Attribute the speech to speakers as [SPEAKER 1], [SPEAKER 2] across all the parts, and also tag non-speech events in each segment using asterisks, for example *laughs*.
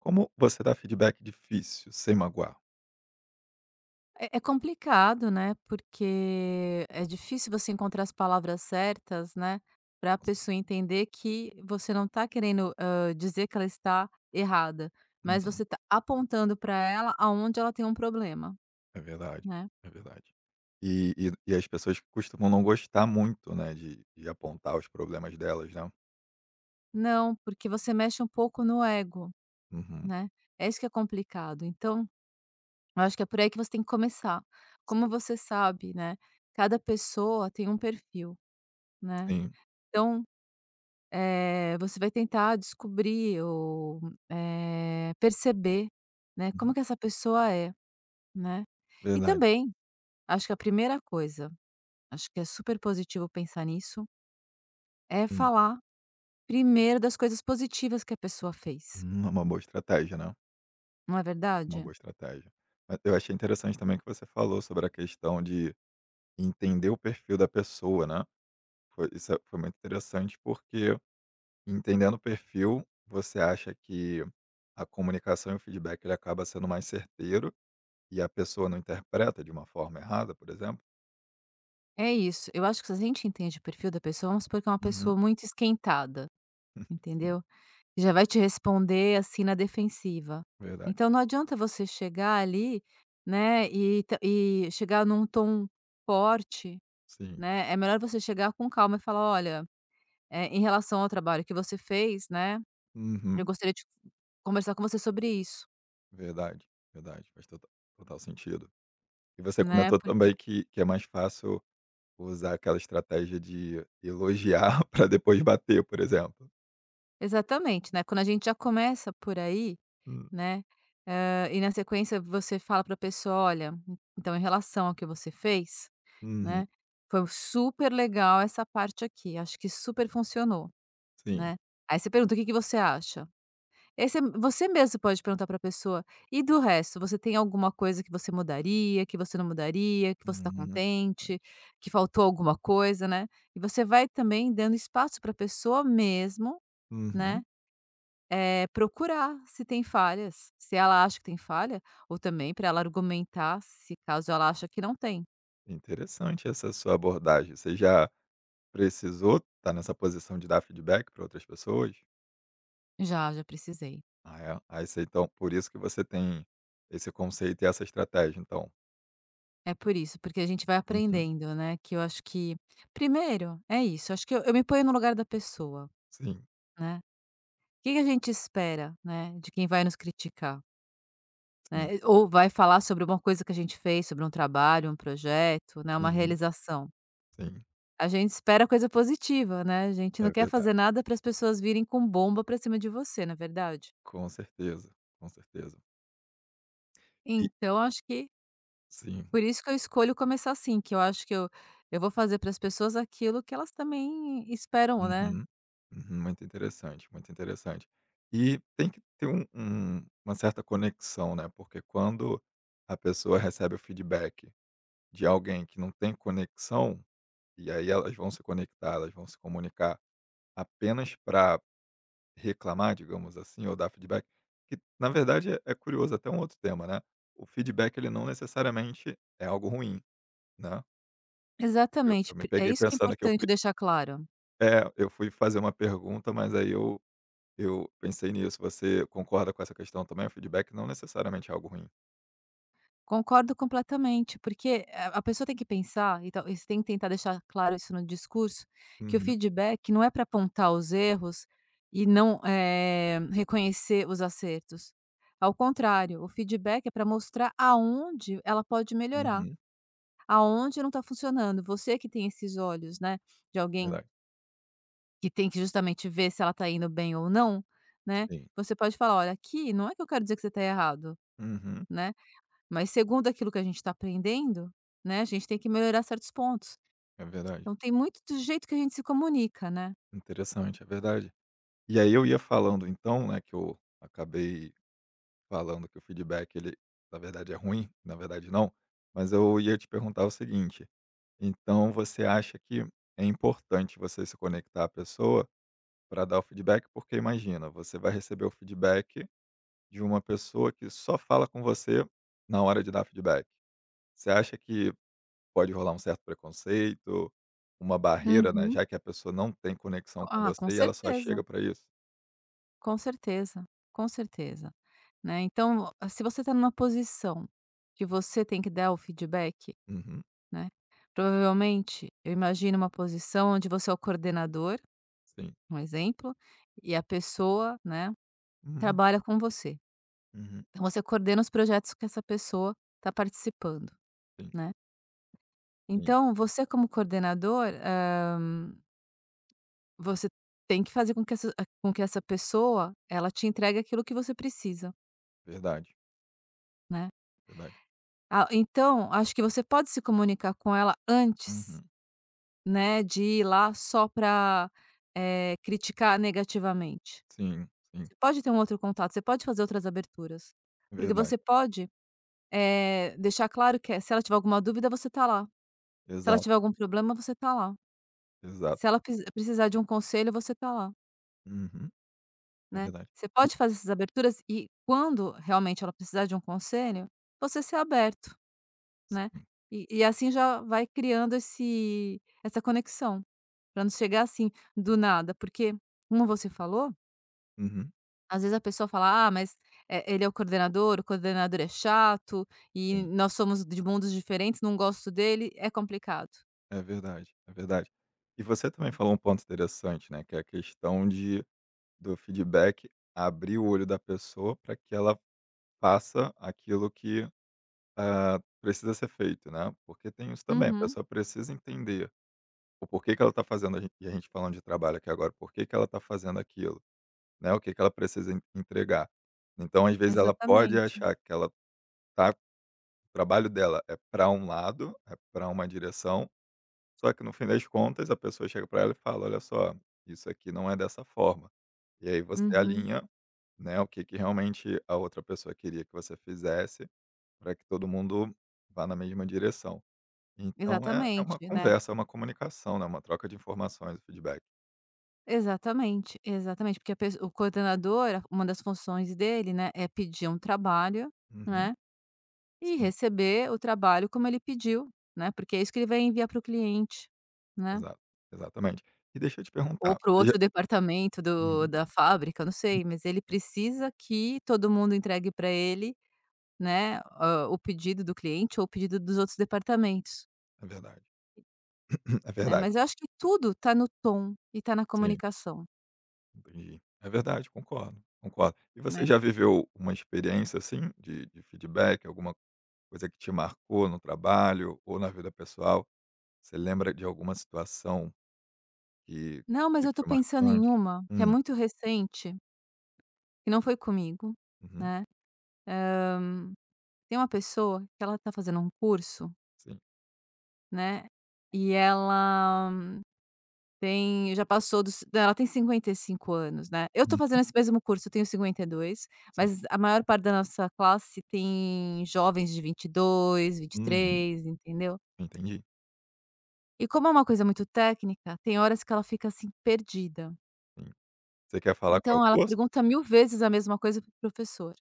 [SPEAKER 1] Como você dá feedback difícil sem magoar?
[SPEAKER 2] É, é complicado, né? Porque é difícil você encontrar as palavras certas, né? Para a pessoa entender que você não está querendo dizer que ela está errada, mas
[SPEAKER 1] Uhum.
[SPEAKER 2] você está apontando para ela aonde ela tem um problema,
[SPEAKER 1] É verdade,
[SPEAKER 2] né?
[SPEAKER 1] é verdade. E as pessoas costumam não gostar muito, né, de apontar os problemas delas, né.
[SPEAKER 2] Não, porque você mexe um pouco no ego,
[SPEAKER 1] Uhum.
[SPEAKER 2] né? É isso que é complicado. Então, eu acho que é por aí que você tem que começar. Como
[SPEAKER 1] Sim,
[SPEAKER 2] você sabe, né? Cada pessoa tem um perfil, né?
[SPEAKER 1] sim.
[SPEAKER 2] Então, você vai tentar descobrir ou, perceber, né,
[SPEAKER 1] Uhum.
[SPEAKER 2] como que essa pessoa é, né. E
[SPEAKER 1] Verdade.
[SPEAKER 2] também, acho que a primeira coisa, acho que é super positivo pensar nisso, é
[SPEAKER 1] Hum,
[SPEAKER 2] falar primeiro das coisas positivas que a pessoa fez,
[SPEAKER 1] é uma boa estratégia, né,
[SPEAKER 2] não é
[SPEAKER 1] uma
[SPEAKER 2] verdade?
[SPEAKER 1] boa estratégia. Mas eu achei interessante também que você falou sobre a questão de entender o perfil da pessoa, né. Foi isso foi muito interessante porque entendendo o perfil, você acha que a comunicação e o feedback ele acaba sendo mais certeiro e a pessoa não interpreta de uma forma errada, por exemplo?
[SPEAKER 2] É isso, eu acho que se a gente entende o perfil da pessoa, vamos supor que é uma
[SPEAKER 1] Uhum.
[SPEAKER 2] pessoa muito esquentada,
[SPEAKER 1] *laughs* Sim,
[SPEAKER 2] entendeu? Já vai te responder, assim, na defensiva.
[SPEAKER 1] verdade.
[SPEAKER 2] Então não adianta você chegar ali, né, e ta e chegar num tom forte,
[SPEAKER 1] Sim.
[SPEAKER 2] né, é melhor você chegar com calma e falar: "Olha, em relação ao trabalho que você fez, né, eu
[SPEAKER 1] Uhum.
[SPEAKER 2] gostaria de conversar com você sobre isso",
[SPEAKER 1] Verdade, verdade. Faz total, total sentido. E você
[SPEAKER 2] né,
[SPEAKER 1] comentou
[SPEAKER 2] porque
[SPEAKER 1] também que é mais fácil usar aquela estratégia de elogiar *laughs* para depois bater, por exemplo.
[SPEAKER 2] exatamente, né, quando a gente já começa por aí,
[SPEAKER 1] Hum,
[SPEAKER 2] né, e na sequência você fala para a pessoa: "Olha, então em relação ao que você fez".
[SPEAKER 1] Uhum.
[SPEAKER 2] Né. Foi super legal essa parte aqui, acho que super funcionou,
[SPEAKER 1] Sim.
[SPEAKER 2] né. Aí você pergunta: "O que que você acha?". Você mesmo pode perguntar para a pessoa: "E do resto, você tem alguma coisa que você mudaria, que você não mudaria, que você está
[SPEAKER 1] Uhum.
[SPEAKER 2] contente,
[SPEAKER 1] Interessante.
[SPEAKER 2] que faltou alguma coisa?", né. E você vai também dando espaço para a pessoa mesmo, né,
[SPEAKER 1] Uhum.
[SPEAKER 2] procurar se tem falhas, se ela acha que tem falha, ou também para ela argumentar se caso ela acha que não tem.
[SPEAKER 1] Interessante essa sua abordagem. Você já precisou estar nessa posição de dar feedback para outras pessoas?
[SPEAKER 2] Já, já precisei.
[SPEAKER 1] Ah, é? Aí você então por isso que você tem esse conceito e essa estratégia então?
[SPEAKER 2] É por isso, porque a gente vai
[SPEAKER 1] Uhum.
[SPEAKER 2] aprendendo, né, que eu acho que primeiro, é isso, acho que eu me ponho no lugar da pessoa,
[SPEAKER 1] Sim,
[SPEAKER 2] né. O que que a gente espera, né, de quem vai nos criticar,
[SPEAKER 1] sim.
[SPEAKER 2] né, ou vai falar sobre uma coisa que a gente fez, sobre um trabalho, um projeto, né, uma
[SPEAKER 1] Uhum.
[SPEAKER 2] realização.
[SPEAKER 1] Sim,
[SPEAKER 2] A gente espera coisa positiva, né, a gente
[SPEAKER 1] é
[SPEAKER 2] não quer
[SPEAKER 1] verdade.
[SPEAKER 2] fazer nada para as pessoas virem com bomba para cima de você, na verdade?
[SPEAKER 1] Com certeza, com certeza. E
[SPEAKER 2] Então acho que
[SPEAKER 1] sim.
[SPEAKER 2] por isso que eu escolho começar assim, que eu acho que eu vou fazer para as pessoas aquilo que elas também esperam, né.
[SPEAKER 1] Uhum. Uhum. Muito interessante, muito interessante. E tem que ter um uma certa conexão, né, porque quando a pessoa recebe o feedback de alguém que não tem conexão, e aí elas vão se conectar, elas vão se comunicar apenas para reclamar, digamos assim, ou dar feedback, que na verdade é curioso, até um outro tema, né, o feedback ele não necessariamente é algo ruim, né. Eu
[SPEAKER 2] Exatamente,
[SPEAKER 1] me
[SPEAKER 2] p é
[SPEAKER 1] peguei
[SPEAKER 2] isso que é
[SPEAKER 1] pensando que eu fui
[SPEAKER 2] importante deixar claro.
[SPEAKER 1] é, eu fui fazer uma pergunta, mas aí eu pensei nisso, você concorda com essa questão também? O feedback não necessariamente é algo ruim.
[SPEAKER 2] Concordo completamente, porque a pessoa tem que pensar, então e você tem que tentar deixar claro isso no discurso, que o
[SPEAKER 1] Uhum,
[SPEAKER 2] feedback não é para apontar os erros e não, reconhecer os acertos. Ao contrário, o feedback é para mostrar aonde ela pode melhorar,
[SPEAKER 1] uhum,
[SPEAKER 2] aonde não está funcionando. Você que tem esses olhos, né, de alguém
[SPEAKER 1] verdade,
[SPEAKER 2] que tem que justamente ver se ela está indo bem ou não, né,
[SPEAKER 1] sim.
[SPEAKER 2] você pode falar: "Olha, aqui não é que eu quero dizer que você está errado".
[SPEAKER 1] Uhum,
[SPEAKER 2] Né. Mas segundo aquilo que a gente está aprendendo, né, a gente tem que melhorar certos pontos.
[SPEAKER 1] é verdade.
[SPEAKER 2] Então tem muito do jeito que a gente se comunica, né.
[SPEAKER 1] Interessante, é verdade. E aí eu ia falando então, né, que eu acabei falando que o feedback ele, na verdade, é ruim, na verdade não, mas eu ia te perguntar o seguinte: então você acha que é importante você se conectar à pessoa para dar o feedback? Porque imagina, você vai receber o feedback de uma pessoa que só fala com você na hora de dar feedback. Você acha que pode rolar um certo preconceito, uma barreira, né?
[SPEAKER 2] Uhum.
[SPEAKER 1] Já que a pessoa não tem conexão com
[SPEAKER 2] Ah, com
[SPEAKER 1] você e ela só
[SPEAKER 2] certeza,
[SPEAKER 1] chega para isso?
[SPEAKER 2] com certeza, com certeza, né. Então, se você está numa posição que você tem que dar o feedback,
[SPEAKER 1] Uhum,
[SPEAKER 2] né, provavelmente eu imagino uma posição onde você é o coordenador,
[SPEAKER 1] sim.
[SPEAKER 2] um exemplo, e a pessoa, né,
[SPEAKER 1] Uhum,
[SPEAKER 2] trabalha com você.
[SPEAKER 1] uhum,
[SPEAKER 2] Então você coordena os projetos que essa pessoa está participando,
[SPEAKER 1] sim,
[SPEAKER 2] né.
[SPEAKER 1] sim.
[SPEAKER 2] Então, você como coordenador, você tem que fazer com que essa pessoa, ela te entregue aquilo que você precisa,
[SPEAKER 1] Verdade,
[SPEAKER 2] né.
[SPEAKER 1] verdade.
[SPEAKER 2] Ah, então acho que você pode se comunicar com ela antes,
[SPEAKER 1] Uhum.
[SPEAKER 2] né, de ir lá só para criticar negativamente.
[SPEAKER 1] Sim, sim,
[SPEAKER 2] Você pode ter um outro contato, você pode fazer outras aberturas,
[SPEAKER 1] é
[SPEAKER 2] porque
[SPEAKER 1] verdade.
[SPEAKER 2] você pode, deixar claro que, se ela tiver alguma dúvida, você tá lá. Se ela
[SPEAKER 1] Exato,
[SPEAKER 2] tiver algum problema, você tá lá.
[SPEAKER 1] exato.
[SPEAKER 2] Se ela pis precisar de um conselho, você tá lá.
[SPEAKER 1] Uhum, é
[SPEAKER 2] Né.
[SPEAKER 1] verdade.
[SPEAKER 2] Você
[SPEAKER 1] E
[SPEAKER 2] pode fazer essas aberturas e quando realmente ela precisar de um conselho, você ser aberto, né.
[SPEAKER 1] sim,
[SPEAKER 2] E assim já vai criando esse essa conexão, para não chegar assim, do nada, porque como você falou,
[SPEAKER 1] uhum,
[SPEAKER 2] às vezes a pessoa fala: "Ah, mas, ele é o coordenador é chato e
[SPEAKER 1] sim,
[SPEAKER 2] nós somos de mundos diferentes, não gosto dele", é complicado.
[SPEAKER 1] é verdade, é verdade. E você também falou um ponto interessante, né, que é a questão de do feedback abrir o olho da pessoa para que ela faça aquilo que, ah, precisa ser feito, né, porque tem isso também, a
[SPEAKER 2] Uhum,
[SPEAKER 1] pessoa precisa entender o porquê que ela está fazendo a gen e a gente falando de trabalho aqui agora, por que que ela está fazendo aquilo, né, o que que ela precisa en entregar. Então, às vezes, ela pode
[SPEAKER 2] exatamente.
[SPEAKER 1] achar que ela está trabalho dela é para um lado, é para uma direção, só que no fim das contas a pessoa chega para ela e fala: "Olha só, isso aqui não é dessa forma". E aí você
[SPEAKER 2] Uhum,
[SPEAKER 1] alinha, né, o que que realmente a outra pessoa queria que você fizesse, para que todo mundo vá na mesma direção. Então é uma
[SPEAKER 2] exatamente, né.
[SPEAKER 1] conversa, é uma comunicação, né, uma troca de informações, feedback.
[SPEAKER 2] Exatamente, exatamente, porque a pes o coordenador, uma das funções dele, né, é pedir um trabalho,
[SPEAKER 1] Uhum,
[SPEAKER 2] né, e
[SPEAKER 1] sim,
[SPEAKER 2] receber o trabalho como ele pediu, né, porque é isso que ele vai enviar para o cliente, né,
[SPEAKER 1] exato, exatamente. E deixa eu te
[SPEAKER 2] ou
[SPEAKER 1] perguntar,
[SPEAKER 2] para o
[SPEAKER 1] você já
[SPEAKER 2] outro departamento do
[SPEAKER 1] uhum,
[SPEAKER 2] da fábrica, eu não sei, mas ele
[SPEAKER 1] sim,
[SPEAKER 2] precisa que todo mundo entregue para ele, né, o pedido do cliente ou o pedido dos outros departamentos,
[SPEAKER 1] é verdade, *laughs* é
[SPEAKER 2] né.
[SPEAKER 1] verdade,
[SPEAKER 2] Mas eu acho que tudo está no tom e está na
[SPEAKER 1] sim.
[SPEAKER 2] comunicação,
[SPEAKER 1] Entendi. É verdade, concordo, concordo. E você
[SPEAKER 2] né.
[SPEAKER 1] já viveu uma experiência assim de feedback, alguma coisa que te marcou no trabalho ou na vida pessoal? Você lembra de alguma situação que
[SPEAKER 2] "Não, mas
[SPEAKER 1] que
[SPEAKER 2] eu estou
[SPEAKER 1] foi
[SPEAKER 2] pensando em
[SPEAKER 1] marcante?
[SPEAKER 2] uma que é
[SPEAKER 1] Hum,
[SPEAKER 2] muito recente" que não foi comigo,
[SPEAKER 1] uhum,
[SPEAKER 2] né. Tem uma pessoa que ela tá fazendo um curso,
[SPEAKER 1] sim,
[SPEAKER 2] né, e ela tem já passou dos ela tem 55 anos, né. Eu tô fazendo
[SPEAKER 1] hum,
[SPEAKER 2] esse mesmo curso, eu tenho 52,
[SPEAKER 1] sim,
[SPEAKER 2] mas a maior parte da nossa classe tem jovens de 22,
[SPEAKER 1] uhum,
[SPEAKER 2] 23, entendeu.
[SPEAKER 1] entendi,
[SPEAKER 2] E como é uma coisa muito técnica, tem horas que ela fica, assim, perdida.
[SPEAKER 1] sim. Você quer falar qual é
[SPEAKER 2] Então
[SPEAKER 1] o
[SPEAKER 2] ela
[SPEAKER 1] posto?
[SPEAKER 2] pergunta 1000 vezes a mesma coisa pro professor,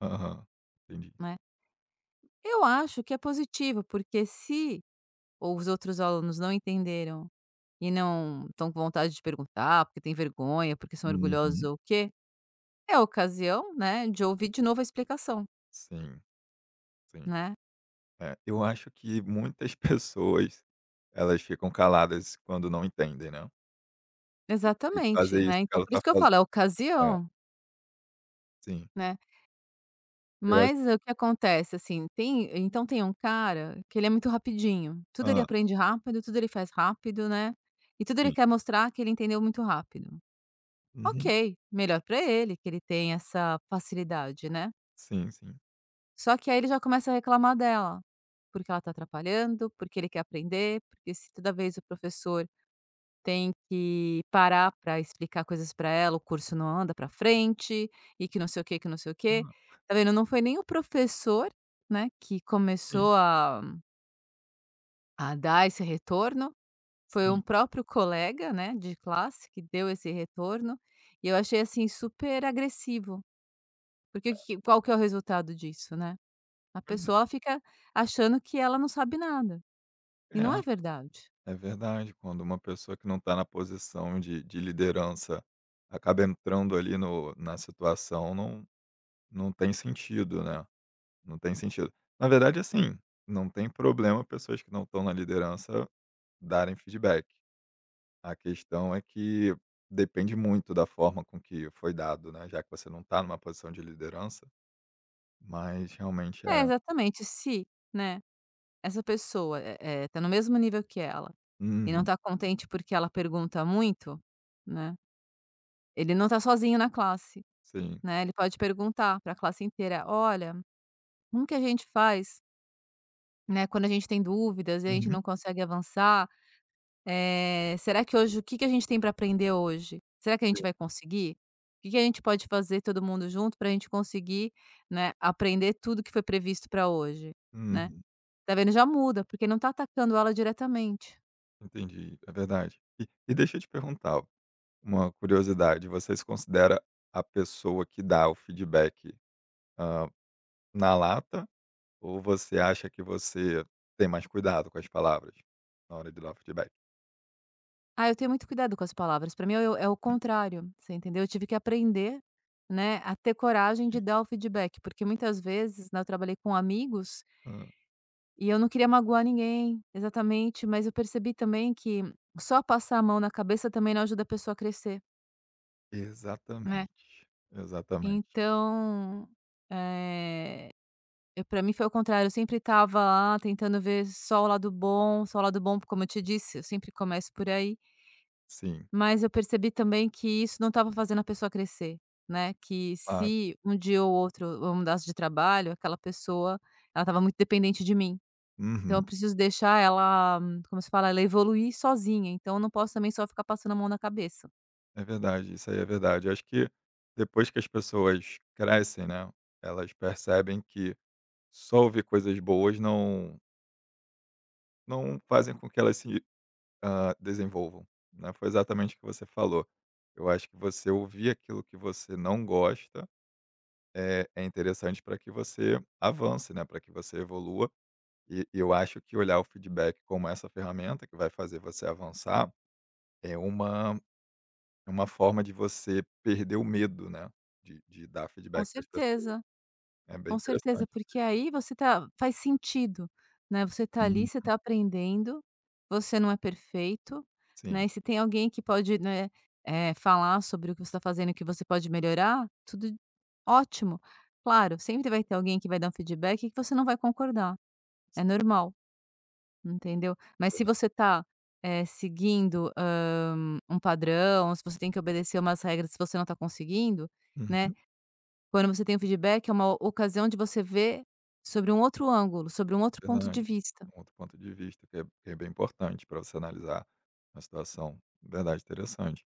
[SPEAKER 1] Aham, entendi.
[SPEAKER 2] né. Eu acho que é positivo, porque se ou os outros alunos não entenderam e não estão com vontade de perguntar, porque tem vergonha, porque são orgulhosos
[SPEAKER 1] Uhum,
[SPEAKER 2] ou o quê, é a ocasião, né, de ouvir de novo a explicação,
[SPEAKER 1] sim, sim.
[SPEAKER 2] né.
[SPEAKER 1] É, eu acho que muitas *laughs* pessoas, elas ficam caladas quando não entendem, né. E fazer
[SPEAKER 2] Exatamente,
[SPEAKER 1] isso
[SPEAKER 2] né,
[SPEAKER 1] que
[SPEAKER 2] então
[SPEAKER 1] ela
[SPEAKER 2] por
[SPEAKER 1] está
[SPEAKER 2] isso que eu falo, é
[SPEAKER 1] é,
[SPEAKER 2] ocasião,
[SPEAKER 1] sim.
[SPEAKER 2] né.
[SPEAKER 1] Eu acho
[SPEAKER 2] Mas o que acontece, assim, tem um cara que ele é muito rapidinho, tudo ele
[SPEAKER 1] hã,
[SPEAKER 2] aprende rápido, tudo ele faz rápido, né, e tudo ele
[SPEAKER 1] sim.
[SPEAKER 2] quer mostrar que ele entendeu muito rápido.
[SPEAKER 1] Uhum.
[SPEAKER 2] Ok, melhor para ele que ele tem essa facilidade, né.
[SPEAKER 1] Sim, sim.
[SPEAKER 2] Só que aí ele já começa a reclamar dela, porque ela está atrapalhando, porque ele quer aprender, porque se toda vez o professor tem que parar para explicar coisas para ela, o curso não anda para frente e que não sei o que, que não sei o que.
[SPEAKER 1] Ah,
[SPEAKER 2] Tá vendo? Não foi nem o professor, né, que
[SPEAKER 1] sim,
[SPEAKER 2] começou a dar esse retorno, foi
[SPEAKER 1] sim.
[SPEAKER 2] um próprio colega, né, de classe que deu esse retorno, e eu achei, assim, super agressivo, porque o que qual que é o resultado disso, né? A
[SPEAKER 1] Pois é.
[SPEAKER 2] pessoa fica achando que ela não sabe nada, e não é
[SPEAKER 1] É,
[SPEAKER 2] verdade.
[SPEAKER 1] é verdade, quando uma pessoa que não tá na posição de liderança acaba entrando ali no na situação, não não tem sentido, né, não tem sentido. Na verdade, assim, não tem problema pessoas que não estão na liderança darem feedback. A questão é que depende muito da forma com que foi dado, né, já que você não tá numa posição de liderança, mas realmente
[SPEAKER 2] É,
[SPEAKER 1] é
[SPEAKER 2] exatamente, se, né, essa pessoa, tá no mesmo nível que ela, e não
[SPEAKER 1] uhum.
[SPEAKER 2] tá contente porque ela pergunta muito, né, ele não tá sozinho na classe,
[SPEAKER 1] Sim.
[SPEAKER 2] né, ele pode perguntar para a classe inteira: "Olha, como que a gente faz, né, quando a gente tem dúvidas e a gente
[SPEAKER 1] Uhum.
[SPEAKER 2] não consegue avançar?". Será que hoje o que que a gente tem para aprender hoje? Será que a gente
[SPEAKER 1] Sim.
[SPEAKER 2] vai conseguir? O que que a gente pode fazer todo mundo junto para a gente conseguir, né, aprender tudo que foi previsto para hoje, né?
[SPEAKER 1] Uhum.
[SPEAKER 2] Tá vendo? Já muda, porque não tá atacando ela diretamente.
[SPEAKER 1] Entendi, é verdade. E deixa eu te perguntar uma curiosidade, você se considera a pessoa que dá o feedback, hã, na lata ou você acha que você tem mais cuidado com as palavras na hora de dar o feedback?
[SPEAKER 2] Ah, eu tenho muito cuidado com as palavras. Para mim é o contrário, você entendeu? Eu tive que aprender, né, a ter coragem de dar o feedback, porque muitas vezes, né, eu trabalhei com amigos
[SPEAKER 1] Hã.
[SPEAKER 2] e eu não queria magoar ninguém, exatamente, mas eu percebi também que só passar a mão na cabeça também não ajuda a pessoa a crescer, né.
[SPEAKER 1] Exatamente, exatamente.
[SPEAKER 2] Então, eh, eu pra mim foi o contrário, eu sempre estava lá tentando ver só o lado bom, só o lado bom, como eu te disse, eu sempre começo por aí,
[SPEAKER 1] Sim,
[SPEAKER 2] mas eu percebi também que isso não estava fazendo a pessoa crescer, né, que
[SPEAKER 1] claro.
[SPEAKER 2] se um dia ou outro eu mudasse de trabalho, aquela pessoa, ela estava muito dependente de mim. Então
[SPEAKER 1] Uhum.
[SPEAKER 2] eu preciso deixar ela, como se fala? Ela evoluir sozinha, então eu não posso também só ficar passando a mão na cabeça.
[SPEAKER 1] É verdade, isso aí é verdade. Eu acho que depois que as pessoas crescem, né, elas percebem que só ouvir coisas boas não não fazem com que elas se, hã, desenvolvam, né. Foi exatamente o que você falou. Eu acho que você ouvir aquilo que você não gosta é interessante para que você avance, né, para que você evolua. E eu acho que olhar o feedback como essa ferramenta que vai fazer você avançar é uma é uma forma de você perder o medo, né, de dar
[SPEAKER 2] Com
[SPEAKER 1] feedback para as pessoas.
[SPEAKER 2] certeza,
[SPEAKER 1] É bem
[SPEAKER 2] com certeza,
[SPEAKER 1] interessante isso
[SPEAKER 2] porque
[SPEAKER 1] aí.
[SPEAKER 2] aí você tá faz sentido, né, você tá ali,
[SPEAKER 1] Uhum.
[SPEAKER 2] você tá aprendendo, você não é perfeito, né,
[SPEAKER 1] Sim,
[SPEAKER 2] e se tem alguém que pode, né, falar sobre o que você tá fazendo e que você pode melhorar, tudo ótimo. Claro, sempre vai ter alguém que vai dar um feedback e que você não vai concordar, é
[SPEAKER 1] sim,
[SPEAKER 2] normal. Entendeu? Mas se
[SPEAKER 1] verdade.
[SPEAKER 2] você tá, seguindo, um padrão, se você tem que obedecer umas regras, se você não tá conseguindo, né,
[SPEAKER 1] Uhum.
[SPEAKER 2] quando você tem o feedback, é uma ocasião de você ver sobre um outro ângulo, sobre um outro ponto de
[SPEAKER 1] Verdade.
[SPEAKER 2] vista.
[SPEAKER 1] Um outro ponto de vista que é bem importante para você analisar a situação. Verdade, interessante.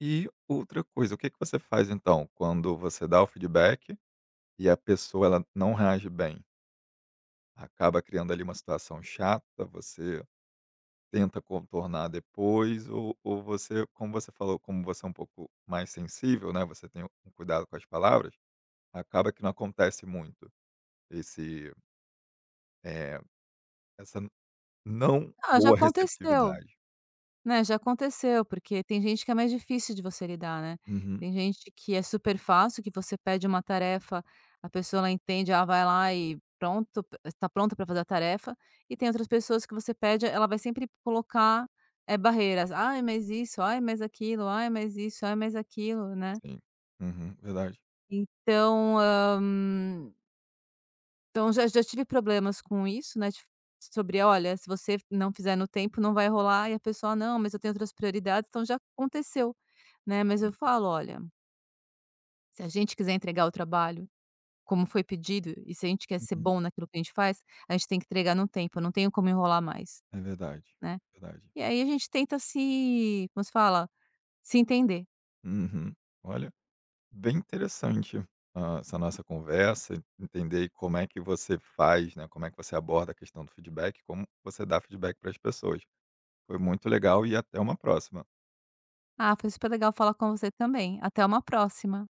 [SPEAKER 1] E outra coisa, o que que você faz, então, quando você dá o feedback e a pessoa ela não reage bem? Acaba criando ali uma situação chata, você tenta contornar depois ou você como você falou, como você é um pouco mais sensível, né, você tem um cuidado com as palavras, acaba que não acontece muito esse, eh, essa não
[SPEAKER 2] "Ah, já
[SPEAKER 1] boa
[SPEAKER 2] aconteceu".
[SPEAKER 1] receptividade.
[SPEAKER 2] Né, já aconteceu, porque tem gente que é mais difícil de você lidar, né.
[SPEAKER 1] Uhum.
[SPEAKER 2] Tem gente que é super fácil, que você pede uma tarefa, a pessoa ela entende, ela vai lá e pronto, está pronta para fazer a tarefa, e tem outras pessoas que você pede, ela vai sempre colocar, barreiras. "Ai, mas isso, ai, mas aquilo, ai, mas isso, ai, mas aquilo", né.
[SPEAKER 1] Sim. Uhum. Verdade.
[SPEAKER 2] Então, então, já tive problemas com isso, né, tipo, sobre: "Olha, se você não fizer no tempo, não vai rolar", e a pessoa: "Não, mas eu tenho outras prioridades", então já aconteceu, né. Mas eu falo: "Olha, se a gente quiser entregar o trabalho como foi pedido e se a gente quer ser
[SPEAKER 1] Uhum.
[SPEAKER 2] bom naquilo que a gente faz, a gente tem que entregar no tempo, eu não tenho como enrolar mais",
[SPEAKER 1] É verdade.
[SPEAKER 2] né.
[SPEAKER 1] Verdade.
[SPEAKER 2] E aí a gente tenta se como se fala? Se entender.
[SPEAKER 1] Uhum. Olha, bem interessante, ah, essa nossa conversa, entender aí como é que você faz, né, como é que você aborda a questão do feedback, como você dá feedback para as pessoas. Foi muito legal e até uma próxima.
[SPEAKER 2] "Ah, foi super legal falar com você também, até uma próxima".